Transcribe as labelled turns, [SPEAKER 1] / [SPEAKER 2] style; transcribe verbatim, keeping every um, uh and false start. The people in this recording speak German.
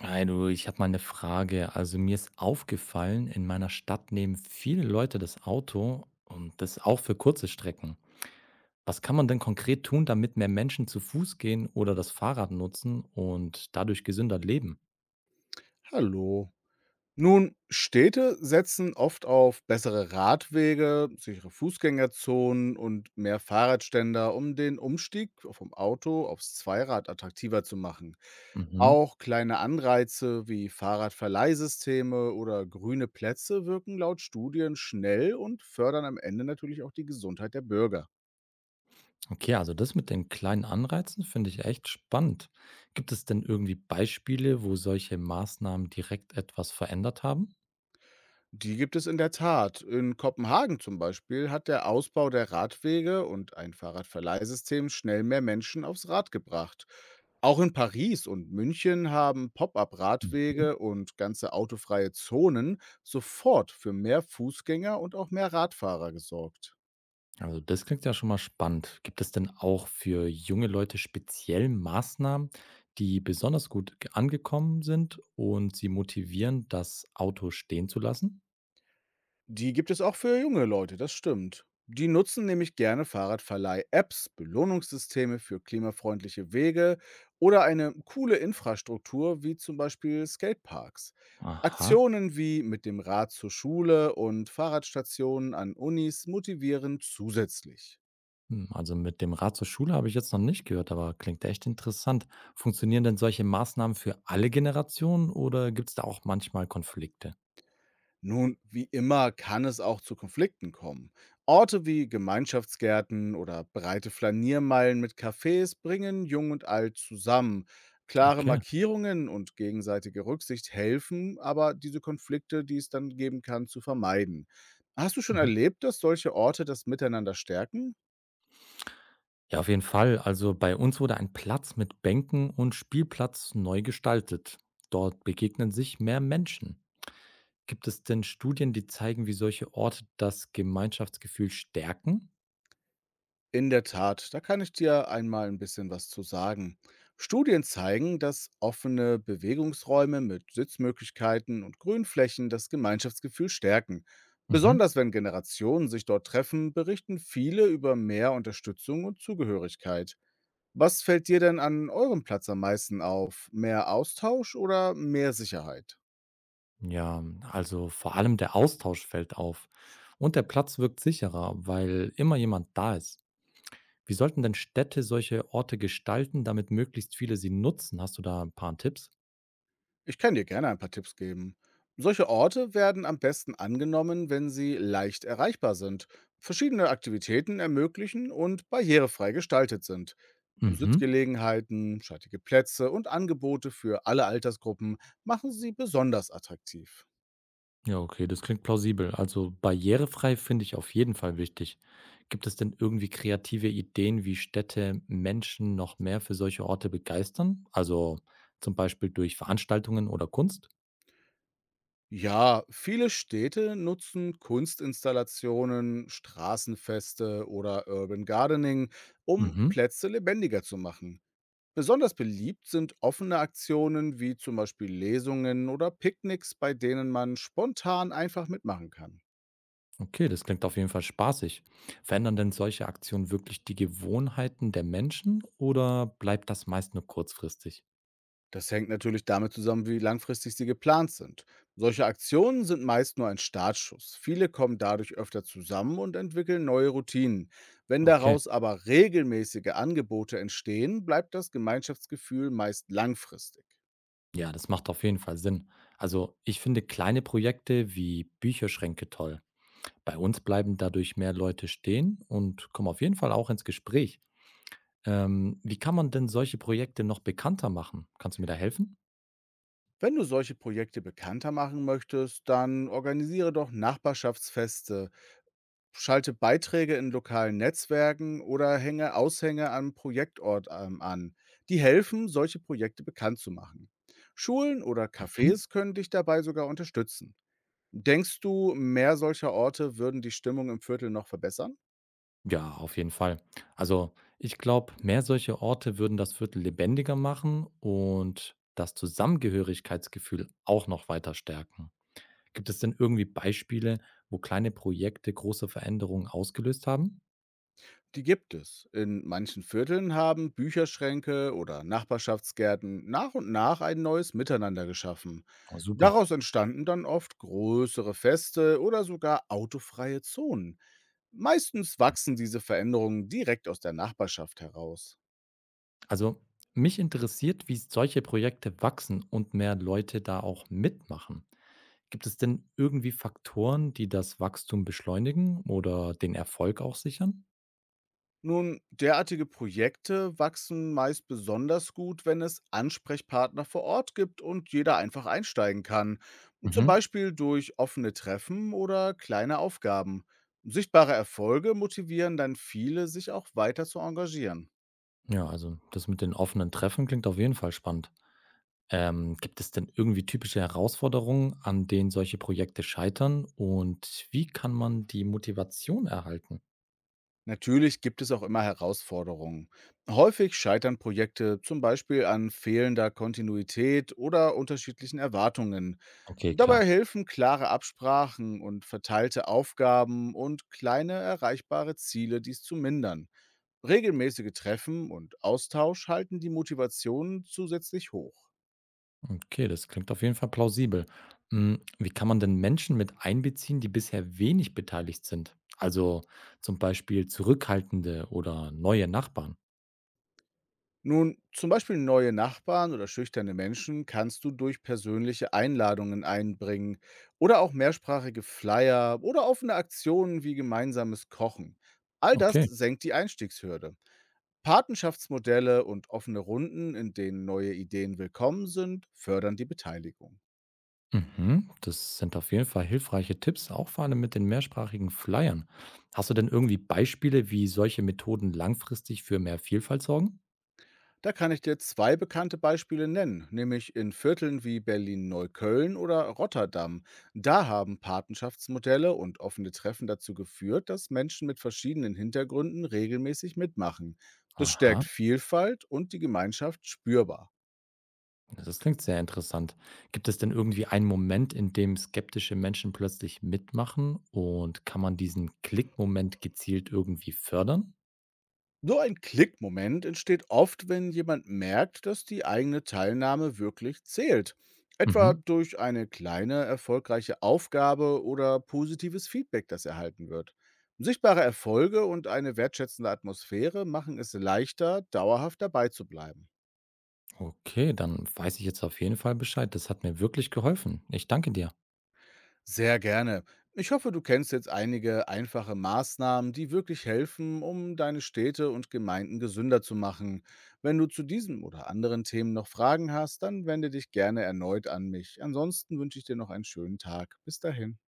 [SPEAKER 1] Hi du, ich habe mal eine Frage. Also, mir ist aufgefallen, in meiner Stadt nehmen viele Leute das Auto und das auch für kurze Strecken. Was kann man denn konkret tun, damit mehr Menschen zu Fuß gehen oder das Fahrrad nutzen und dadurch gesünder leben?
[SPEAKER 2] Hallo. Nun, Städte setzen oft auf bessere Radwege, sichere Fußgängerzonen und mehr Fahrradständer, um den Umstieg vom Auto aufs Zweirad attraktiver zu machen.
[SPEAKER 1] Mhm.
[SPEAKER 2] Auch kleine Anreize wie Fahrradverleihsysteme oder grüne Plätze wirken laut Studien schnell und fördern am Ende natürlich auch die Gesundheit der Bürger.
[SPEAKER 1] Okay, also das mit den kleinen Anreizen finde ich echt spannend. Gibt es denn irgendwie Beispiele, wo solche Maßnahmen direkt etwas verändert haben?
[SPEAKER 2] Die gibt es in der Tat. In Kopenhagen zum Beispiel hat der Ausbau der Radwege und ein Fahrradverleihsystem schnell mehr Menschen aufs Rad gebracht. Auch in Paris und München haben
[SPEAKER 1] Mhm.
[SPEAKER 2] Pop-up-Radwege und ganze autofreie Zonen sofort für mehr Fußgänger und auch mehr Radfahrer gesorgt.
[SPEAKER 1] Also das klingt ja schon mal spannend. Gibt es denn auch für junge Leute speziell Maßnahmen, die besonders gut ge- angekommen sind und sie motivieren, das Auto stehen zu lassen?
[SPEAKER 2] Die gibt es auch für junge Leute, das stimmt. Die nutzen nämlich gerne Fahrradverleih-Apps, Belohnungssysteme für klimafreundliche Wege oder eine coole Infrastruktur wie zum Beispiel Skateparks.
[SPEAKER 1] Aha.
[SPEAKER 2] Aktionen wie mit dem Rad zur Schule und Fahrradstationen an Unis motivieren zusätzlich.
[SPEAKER 1] Hm, also mit dem Rad zur Schule habe ich jetzt noch nicht gehört, aber klingt echt interessant. Funktionieren denn solche Maßnahmen für alle Generationen oder gibt es da auch manchmal Konflikte?
[SPEAKER 2] Nun, wie immer kann es auch zu Konflikten kommen. Orte wie Gemeinschaftsgärten oder breite Flaniermeilen mit Cafés bringen Jung und Alt zusammen. Klare
[SPEAKER 1] Okay.
[SPEAKER 2] Markierungen und gegenseitige Rücksicht helfen, aber diese Konflikte, die es dann geben kann, zu vermeiden. Hast du schon
[SPEAKER 1] Mhm.
[SPEAKER 2] erlebt, dass solche Orte das Miteinander stärken?
[SPEAKER 1] Ja, auf jeden Fall. Also bei uns wurde ein Platz mit Bänken und Spielplatz neu gestaltet. Dort begegnen sich mehr Menschen. Gibt es denn Studien, die zeigen, wie solche Orte das Gemeinschaftsgefühl stärken?
[SPEAKER 2] In der Tat, da kann ich dir einmal ein bisschen was zu sagen. Studien zeigen, dass offene Bewegungsräume mit Sitzmöglichkeiten und Grünflächen das Gemeinschaftsgefühl stärken.
[SPEAKER 1] Mhm.
[SPEAKER 2] Besonders wenn Generationen sich dort treffen, berichten viele über mehr Unterstützung und Zugehörigkeit. Was fällt dir denn an eurem Platz am meisten auf? Mehr Austausch oder mehr Sicherheit?
[SPEAKER 1] Ja, hm, also vor allem der Austausch fällt auf. Und der Platz wirkt sicherer, weil immer jemand da ist. Wie sollten denn Städte solche Orte gestalten, damit möglichst viele sie nutzen? Hast du da ein paar Tipps?
[SPEAKER 2] Ich kann dir gerne ein paar Tipps geben. Solche Orte werden am besten angenommen, wenn sie leicht erreichbar sind, verschiedene Aktivitäten ermöglichen und barrierefrei gestaltet sind.
[SPEAKER 1] Mhm.
[SPEAKER 2] Sitzgelegenheiten, schattige Plätze und Angebote für alle Altersgruppen machen sie besonders attraktiv.
[SPEAKER 1] Ja, okay, das klingt plausibel. Also barrierefrei finde ich auf jeden Fall wichtig. Gibt es denn irgendwie kreative Ideen, wie Städte Menschen noch mehr für solche Orte begeistern? Also zum Beispiel durch Veranstaltungen oder Kunst?
[SPEAKER 2] Ja, viele Städte nutzen Kunstinstallationen, Straßenfeste oder Urban Gardening, um
[SPEAKER 1] Mhm.
[SPEAKER 2] Plätze lebendiger zu machen. Besonders beliebt sind offene Aktionen wie zum Beispiel Lesungen oder Picknicks, bei denen man spontan einfach mitmachen kann.
[SPEAKER 1] Okay, das klingt auf jeden Fall spaßig. Verändern denn solche Aktionen wirklich die Gewohnheiten der Menschen oder bleibt das meist nur kurzfristig?
[SPEAKER 2] Das hängt natürlich damit zusammen, wie langfristig sie geplant sind. Solche Aktionen sind meist nur ein Startschuss. Viele kommen dadurch öfter zusammen und entwickeln neue Routinen. Wenn
[SPEAKER 1] Okay.
[SPEAKER 2] daraus aber regelmäßige Angebote entstehen, bleibt das Gemeinschaftsgefühl meist langfristig.
[SPEAKER 1] Ja, das macht auf jeden Fall Sinn. Also ich finde kleine Projekte wie Bücherschränke toll. Bei uns bleiben dadurch mehr Leute stehen und kommen auf jeden Fall auch ins Gespräch. Ähm, wie kann man denn solche Projekte noch bekannter machen? Kannst du mir da helfen?
[SPEAKER 2] Wenn du solche Projekte bekannter machen möchtest, dann organisiere doch Nachbarschaftsfeste, schalte Beiträge in lokalen Netzwerken oder hänge Aushänge am Projektort ähm, an. Die helfen, solche Projekte bekannt zu machen. Schulen oder
[SPEAKER 1] Mhm.
[SPEAKER 2] Cafés können dich dabei sogar unterstützen. Denkst du, mehr solcher Orte würden die Stimmung im Viertel noch verbessern?
[SPEAKER 1] Ja, auf jeden Fall. Also ich glaube, mehr solche Orte würden das Viertel lebendiger machen und das Zusammengehörigkeitsgefühl auch noch weiter stärken. Gibt es denn irgendwie Beispiele, wo kleine Projekte große Veränderungen ausgelöst haben?
[SPEAKER 2] Die gibt es. In manchen Vierteln haben Bücherschränke oder Nachbarschaftsgärten nach und nach ein neues Miteinander geschaffen.
[SPEAKER 1] Oh, super.
[SPEAKER 2] Daraus entstanden dann oft größere Feste oder sogar autofreie Zonen. Meistens wachsen diese Veränderungen direkt aus der Nachbarschaft heraus.
[SPEAKER 1] Also mich interessiert, wie solche Projekte wachsen und mehr Leute da auch mitmachen. Gibt es denn irgendwie Faktoren, die das Wachstum beschleunigen oder den Erfolg auch sichern?
[SPEAKER 2] Nun, derartige Projekte wachsen meist besonders gut, wenn es Ansprechpartner vor Ort gibt und jeder einfach einsteigen kann. Zum
[SPEAKER 1] Mhm.
[SPEAKER 2] Beispiel durch offene Treffen oder kleine Aufgaben. Sichtbare Erfolge motivieren dann viele, sich auch weiter zu engagieren.
[SPEAKER 1] Ja, also das mit den offenen Treffen klingt auf jeden Fall spannend. Ähm, gibt es denn irgendwie typische Herausforderungen, an denen solche Projekte scheitern? Und wie kann man die Motivation erhalten?
[SPEAKER 2] Natürlich gibt es auch immer Herausforderungen. Häufig scheitern Projekte zum Beispiel an fehlender Kontinuität oder unterschiedlichen Erwartungen.
[SPEAKER 1] Okay,
[SPEAKER 2] Dabei
[SPEAKER 1] klar.
[SPEAKER 2] helfen klare Absprachen und verteilte Aufgaben und kleine erreichbare Ziele, dies zu mindern. Regelmäßige Treffen und Austausch halten die Motivation zusätzlich hoch.
[SPEAKER 1] Okay, das klingt auf jeden Fall plausibel. Mm, Wie kann man denn Menschen mit einbeziehen, die bisher wenig beteiligt sind? Also zum Beispiel zurückhaltende oder neue Nachbarn.
[SPEAKER 2] Nun, zum Beispiel neue Nachbarn oder schüchterne Menschen kannst du durch persönliche Einladungen einbringen oder auch mehrsprachige Flyer oder offene Aktionen wie gemeinsames Kochen. All das
[SPEAKER 1] Okay.
[SPEAKER 2] senkt die Einstiegshürde. Patenschaftsmodelle und offene Runden, in denen neue Ideen willkommen sind, fördern die Beteiligung.
[SPEAKER 1] Mhm, das sind auf jeden Fall hilfreiche Tipps, auch vor allem mit den mehrsprachigen Flyern. Hast du denn irgendwie Beispiele, wie solche Methoden langfristig für mehr Vielfalt sorgen?
[SPEAKER 2] Da kann ich dir zwei bekannte Beispiele nennen, nämlich in Vierteln wie Berlin-Neukölln oder Rotterdam. Da haben Patenschaftsmodelle und offene Treffen dazu geführt, dass Menschen mit verschiedenen Hintergründen regelmäßig mitmachen. Das stärkt
[SPEAKER 1] Aha,
[SPEAKER 2] Vielfalt und die Gemeinschaft spürbar.
[SPEAKER 1] das klingt sehr interessant. Gibt es denn irgendwie einen Moment, in dem skeptische Menschen plötzlich mitmachen und kann man diesen Klickmoment gezielt irgendwie fördern?
[SPEAKER 2] So ein Klickmoment entsteht oft, wenn jemand merkt, dass die eigene Teilnahme wirklich zählt. Etwa
[SPEAKER 1] Mhm.
[SPEAKER 2] durch eine kleine, erfolgreiche Aufgabe oder positives Feedback, das erhalten wird. Sichtbare Erfolge und eine wertschätzende Atmosphäre machen es leichter, dauerhaft dabei zu bleiben.
[SPEAKER 1] Okay, dann weiß ich jetzt auf jeden Fall Bescheid. Das hat mir wirklich geholfen. Ich danke dir.
[SPEAKER 2] Sehr gerne. Ich hoffe, du kennst jetzt einige einfache Maßnahmen, die wirklich helfen, um deine Städte und Gemeinden gesünder zu machen. Wenn du zu diesem oder anderen Themen noch Fragen hast, dann wende dich gerne erneut an mich. Ansonsten wünsche ich dir noch einen schönen Tag. Bis dahin.